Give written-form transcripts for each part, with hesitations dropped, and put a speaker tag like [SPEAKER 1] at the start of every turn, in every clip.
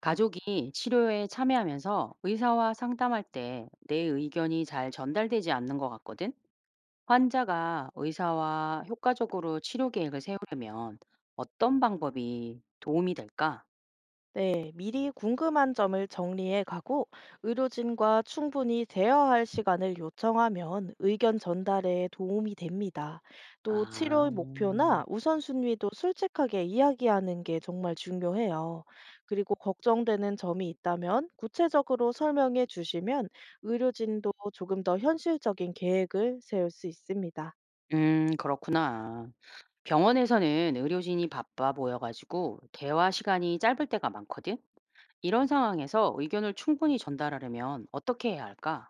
[SPEAKER 1] 가족이 치료에 참여하면서 의사와 상담할 때 내 의견이 잘 전달되지 않는 것 같거든? 환자가 의사와 효과적으로 치료 계획을 세우려면 어떤 방법이 도움이 될까?
[SPEAKER 2] 네, 미리 궁금한 점을 정리해 가고 의료진과 충분히 대화할 시간을 요청하면 의견 전달에 도움이 됩니다. 또
[SPEAKER 1] 아,
[SPEAKER 2] 치료의 목표나 우선순위도 솔직하게 이야기하는 게 정말 중요해요. 그리고 걱정되는 점이 있다면 구체적으로 설명해 주시면 의료진도 조금 더 현실적인 계획을 세울 수 있습니다.
[SPEAKER 1] 그렇구나. 병원에서는 의료진이 바빠 보여가지고 대화 시간이 짧을 때가 많거든? 이런 상황에서 의견을 충분히 전달하려면 어떻게 해야 할까?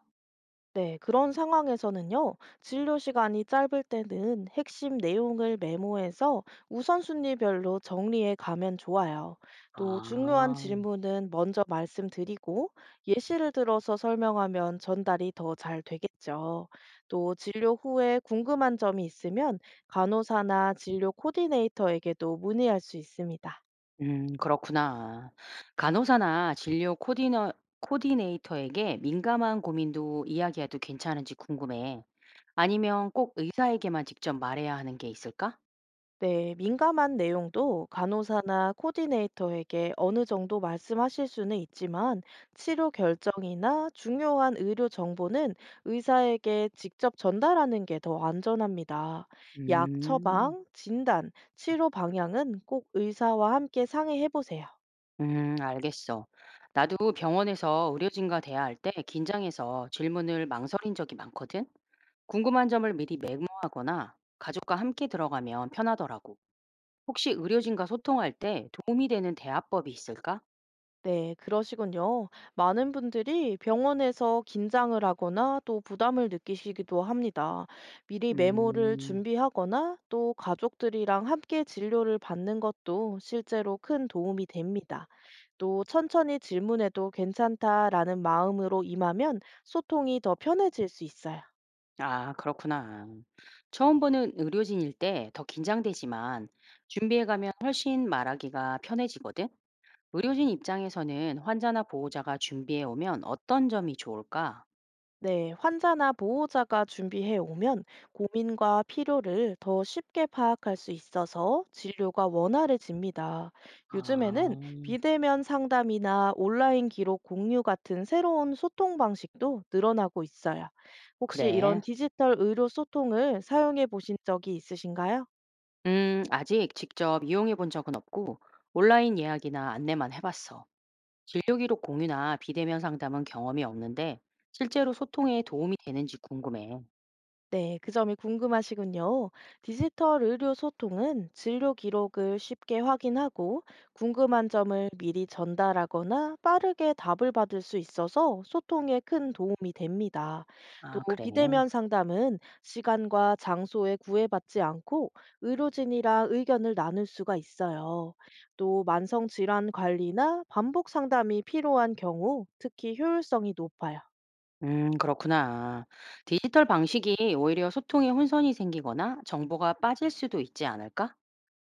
[SPEAKER 2] 네, 그런 상황에서는요, 진료 시간이 짧을 때는 핵심 내용을 메모해서 우선순위별로 정리해 가면 좋아요. 또 중요한
[SPEAKER 1] 아,
[SPEAKER 2] 질문은 먼저 말씀드리고 예시를 들어서 설명하면 전달이 더 잘 되겠죠. 또 진료 후에 궁금한 점이 있으면 간호사나 진료 코디네이터에게도 문의할 수 있습니다.
[SPEAKER 1] 그렇구나. 간호사나 진료 코디너 코디네이터에게 민감한 고민도 이야기해도 괜찮은지 궁금해. 아니면 꼭 의사에게만 직접 말해야 하는 게 있을까?
[SPEAKER 2] 네, 민감한 내용도 간호사나 코디네이터에게 어느 정도 말씀하실 수는 있지만 치료 결정이나 중요한 의료 정보는 의사에게 직접 전달하는 게 더 안전합니다. 약
[SPEAKER 1] 음.
[SPEAKER 2] 처방, 진단, 치료 방향은 꼭 의사와 함께 상의해 보세요.
[SPEAKER 1] 알겠어. 나도 병원에서 의료진과 대화할 때 긴장해서 질문을 망설인 적이 많거든. 궁금한 점을 미리 메모하거나 가족과 함께 들어가면 편하더라고. 혹시 의료진과 소통할 때 도움이 되는 대화법이 있을까?
[SPEAKER 2] 네, 그러시군요. 많은 분들이 병원에서 긴장을 하거나 또 부담을 느끼시기도 합니다. 미리 메모를
[SPEAKER 1] 음.
[SPEAKER 2] 준비하거나 또 가족들이랑 함께 진료를 받는 것도 실제로 큰 도움이 됩니다. 또 천천히 질문해도 괜찮다라는 마음으로 임하면 소통이 더 편해질 수 있어요.
[SPEAKER 1] 아 그렇구나. 처음 보는 의료진일 때 더 긴장되지만 준비해 가면 훨씬 말하기가 편해지거든. 의료진 입장에서는 환자나 보호자가 준비해 오면 어떤 점이 좋을까?
[SPEAKER 2] 네, 환자나 보호자가 준비해 오면 고민과 필요를 더 쉽게 파악할 수 있어서 진료가 원활해집니다.
[SPEAKER 1] 아,
[SPEAKER 2] 요즘에는 비대면 상담이나 온라인 기록 공유 같은 새로운 소통 방식도 늘어나고 있어요. 혹시 이런
[SPEAKER 1] 그래.
[SPEAKER 2] 디지털 의료 소통을 사용해 보신 적이 있으신가요?
[SPEAKER 1] 아직 직접 이용해 본 적은 없고 온라인 예약이나 안내만 해봤어. 진료 기록 공유나 비대면 상담은 경험이 없는데 실제로 소통에 도움이 되는지 궁금해.
[SPEAKER 2] 네, 그 점이 궁금하시군요. 디지털 의료 소통은 진료 기록을 쉽게 확인하고 궁금한 점을 미리 전달하거나 빠르게 답을 받을 수 있어서 소통에 큰 도움이 됩니다. 또
[SPEAKER 1] 아, 그래.
[SPEAKER 2] 비대면 상담은 시간과 장소에 구애받지 않고 의료진이랑 의견을 나눌 수가 있어요. 또 만성 질환 관리나 반복 상담이 필요한 경우 특히 효율성이 높아요.
[SPEAKER 1] 그렇구나. 디지털 방식이 오히려 소통에 혼선이 생기거나 정보가 빠질 수도 있지 않을까?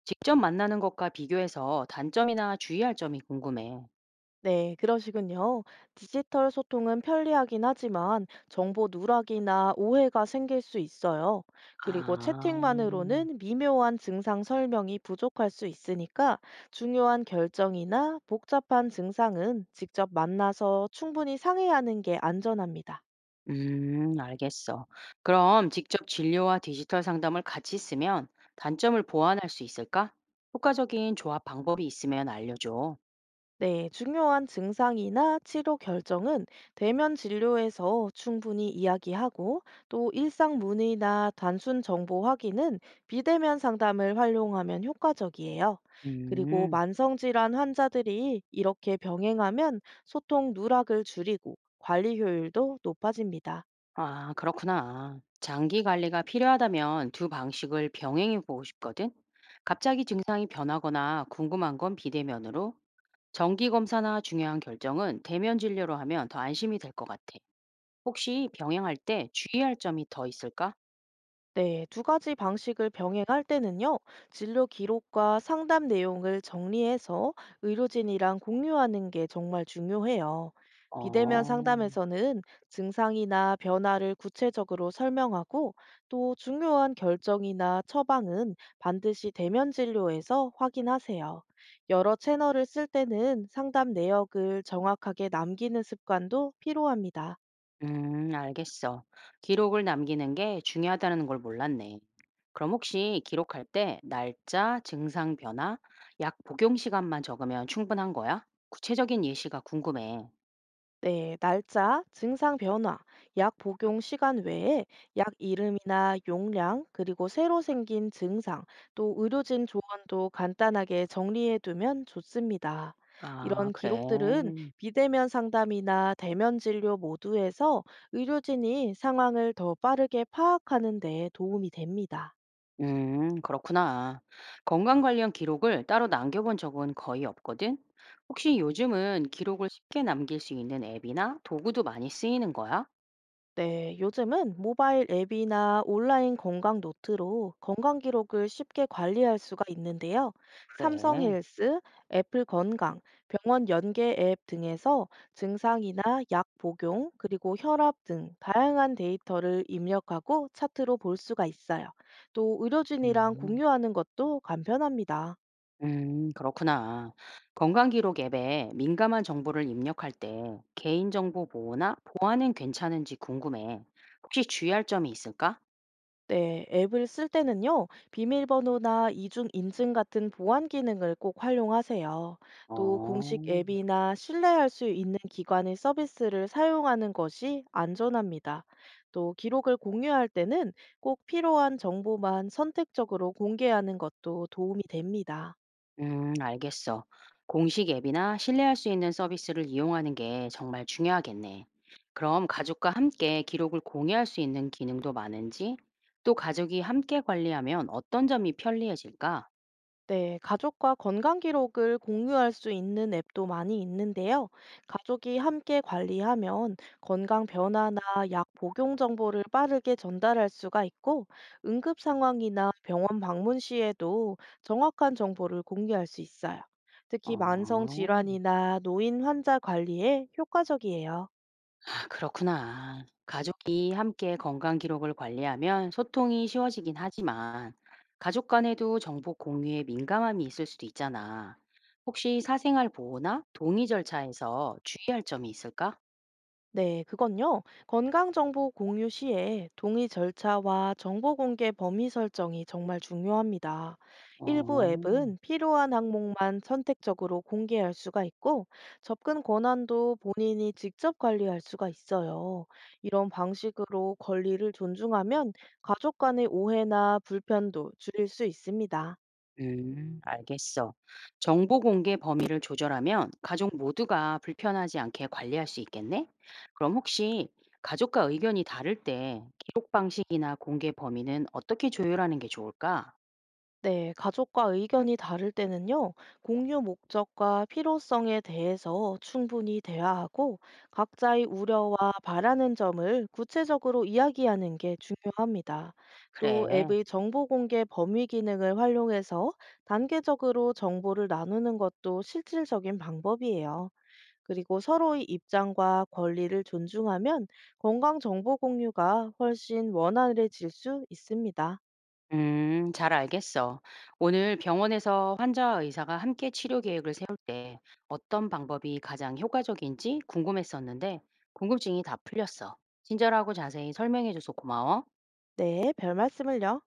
[SPEAKER 1] 직접 만나는 것과 비교해서 단점이나 주의할 점이 궁금해.
[SPEAKER 2] 네, 그러시군요. 디지털 소통은 편리하긴 하지만 정보 누락이나 오해가 생길 수 있어요. 그리고
[SPEAKER 1] 아,
[SPEAKER 2] 채팅만으로는 미묘한 증상 설명이 부족할 수 있으니까 중요한 결정이나 복잡한 증상은 직접 만나서 충분히 상의하는 게 안전합니다.
[SPEAKER 1] 알겠어. 그럼 직접 진료와 디지털 상담을 같이 쓰면 단점을 보완할 수 있을까? 효과적인 조합 방법이 있으면 알려줘.
[SPEAKER 2] 네, 중요한 증상이나 치료 결정은 대면 진료에서 충분히 이야기하고 또 일상 문의나 단순 정보 확인은 비대면 상담을 활용하면 효과적이에요. 그리고
[SPEAKER 1] 음.
[SPEAKER 2] 만성질환 환자들이 이렇게 병행하면 소통 누락을 줄이고 관리 효율도 높아집니다.
[SPEAKER 1] 아, 그렇구나. 장기 관리가 필요하다면 두 방식을 병행해 보고 싶거든. 갑자기 증상이 변하거나 궁금한 건 비대면으로, 정기 검사나 중요한 결정은 대면 진료로 하면 더 안심이 될 것 같아. 혹시 병행할 때 주의할 점이 더 있을까?
[SPEAKER 2] 네, 두 가지 방식을 병행할 때는요, 진료 기록과 상담 내용을 정리해서 의료진이랑 공유하는 게 정말 중요해요. 비대면
[SPEAKER 1] 어.
[SPEAKER 2] 상담에서는 증상이나 변화를 구체적으로 설명하고 또 중요한 결정이나 처방은 반드시 대면 진료에서 확인하세요. 여러 채널을 쓸 때는 상담 내역을 정확하게 남기는 습관도 필요합니다.
[SPEAKER 1] 알겠어. 기록을 남기는 게 중요하다는 걸 몰랐네. 그럼 혹시 기록할 때 날짜, 증상 변화, 약 복용 시간만 적으면 충분한 거야? 구체적인 예시가 궁금해.
[SPEAKER 2] 네, 날짜, 증상 변화, 약 복용 시간 외에 약 이름이나 용량, 그리고 새로 생긴 증상, 또 의료진 조언도 간단하게 정리해 두면 좋습니다.
[SPEAKER 1] 아,
[SPEAKER 2] 이런
[SPEAKER 1] 그래.
[SPEAKER 2] 기록들은 비대면 상담이나 대면 진료 모두에서 의료진이 상황을 더 빠르게 파악하는 데 도움이 됩니다.
[SPEAKER 1] 그렇구나. 건강 관련 기록을 따로 남겨본 적은 거의 없거든? 혹시 요즘은 기록을 쉽게 남길 수 있는 앱이나 도구도 많이 쓰이는 거야?
[SPEAKER 2] 네, 요즘은 모바일 앱이나 온라인 건강 노트로 건강 기록을 쉽게 관리할 수가 있는데요.
[SPEAKER 1] 그래.
[SPEAKER 2] 삼성 헬스, 애플 건강, 병원 연계 앱 등에서 증상이나 약 복용, 그리고 혈압 등 다양한 데이터를 입력하고 차트로 볼 수가 있어요. 또 의료진이랑
[SPEAKER 1] 음.
[SPEAKER 2] 공유하는 것도 간편합니다.
[SPEAKER 1] 그렇구나. 건강기록 앱에 민감한 정보를 입력할 때 개인정보 보호나 보안은 괜찮은지 궁금해. 혹시 주의할 점이 있을까?
[SPEAKER 2] 네, 앱을 쓸 때는요, 비밀번호나 이중 인증 같은 보안 기능을 꼭 활용하세요. 또 공식
[SPEAKER 1] 어,
[SPEAKER 2] 앱이나 신뢰할 수 있는 기관의 서비스를 사용하는 것이 안전합니다. 또 기록을 공유할 때는 꼭 필요한 정보만 선택적으로 공개하는 것도 도움이 됩니다.
[SPEAKER 1] 알겠어. 공식 앱이나 신뢰할 수 있는 서비스를 이용하는 게 정말 중요하겠네. 그럼 가족과 함께 기록을 공유할 수 있는 기능도 많은지, 또 가족이 함께 관리하면 어떤 점이 편리해질까?
[SPEAKER 2] 네, 가족과 건강 기록을 공유할 수 있는 앱도 많이 있는데요. 가족이 함께 관리하면 건강 변화나 약 복용 정보를 빠르게 전달할 수가 있고, 응급 상황이나 병원 방문 시에도 정확한 정보를 공유할 수 있어요. 특히 만성
[SPEAKER 1] 어,
[SPEAKER 2] 질환이나 노인 환자 관리에 효과적이에요.
[SPEAKER 1] 아 그렇구나. 가족이 함께 건강 기록을 관리하면 소통이 쉬워지긴 하지만 가족 간에도 정보 공유에 민감함이 있을 수도 있잖아. 혹시 사생활 보호나 동의 절차에서 주의할 점이 있을까?
[SPEAKER 2] 네, 그건요. 건강정보 공유 시에 동의 절차와 정보 공개 범위 설정이 정말 중요합니다. 일부
[SPEAKER 1] 어,
[SPEAKER 2] 앱은 필요한 항목만 선택적으로 공개할 수가 있고, 접근 권한도 본인이 직접 관리할 수가 있어요. 이런 방식으로 권리를 존중하면 가족 간의 오해나 불편도 줄일 수 있습니다.
[SPEAKER 1] 알겠어. 정보 공개 범위를 조절하면 가족 모두가 불편하지 않게 관리할 수 있겠네? 그럼 혹시 가족과 의견이 다를 때 기록 방식이나 공개 범위는 어떻게 조율하는 게 좋을까?
[SPEAKER 2] 네, 가족과 의견이 다를 때는요, 공유 목적과 필요성에 대해서 충분히 대화하고, 각자의 우려와 바라는 점을 구체적으로 이야기하는 게 중요합니다. 또
[SPEAKER 1] 그래.
[SPEAKER 2] 앱의 정보 공개 범위 기능을 활용해서 단계적으로 정보를 나누는 것도 실질적인 방법이에요. 그리고 서로의 입장과 권리를 존중하면 건강 정보 공유가 훨씬 원활해질 수 있습니다.
[SPEAKER 1] 잘 알겠어. 오늘 병원에서 환자와 의사가 함께 치료 계획을 세울 때 어떤 방법이 가장 효과적인지 궁금했었는데 궁금증이 다 풀렸어. 친절하고 자세히 설명해줘서 고마워.
[SPEAKER 2] 네, 별 말씀을요.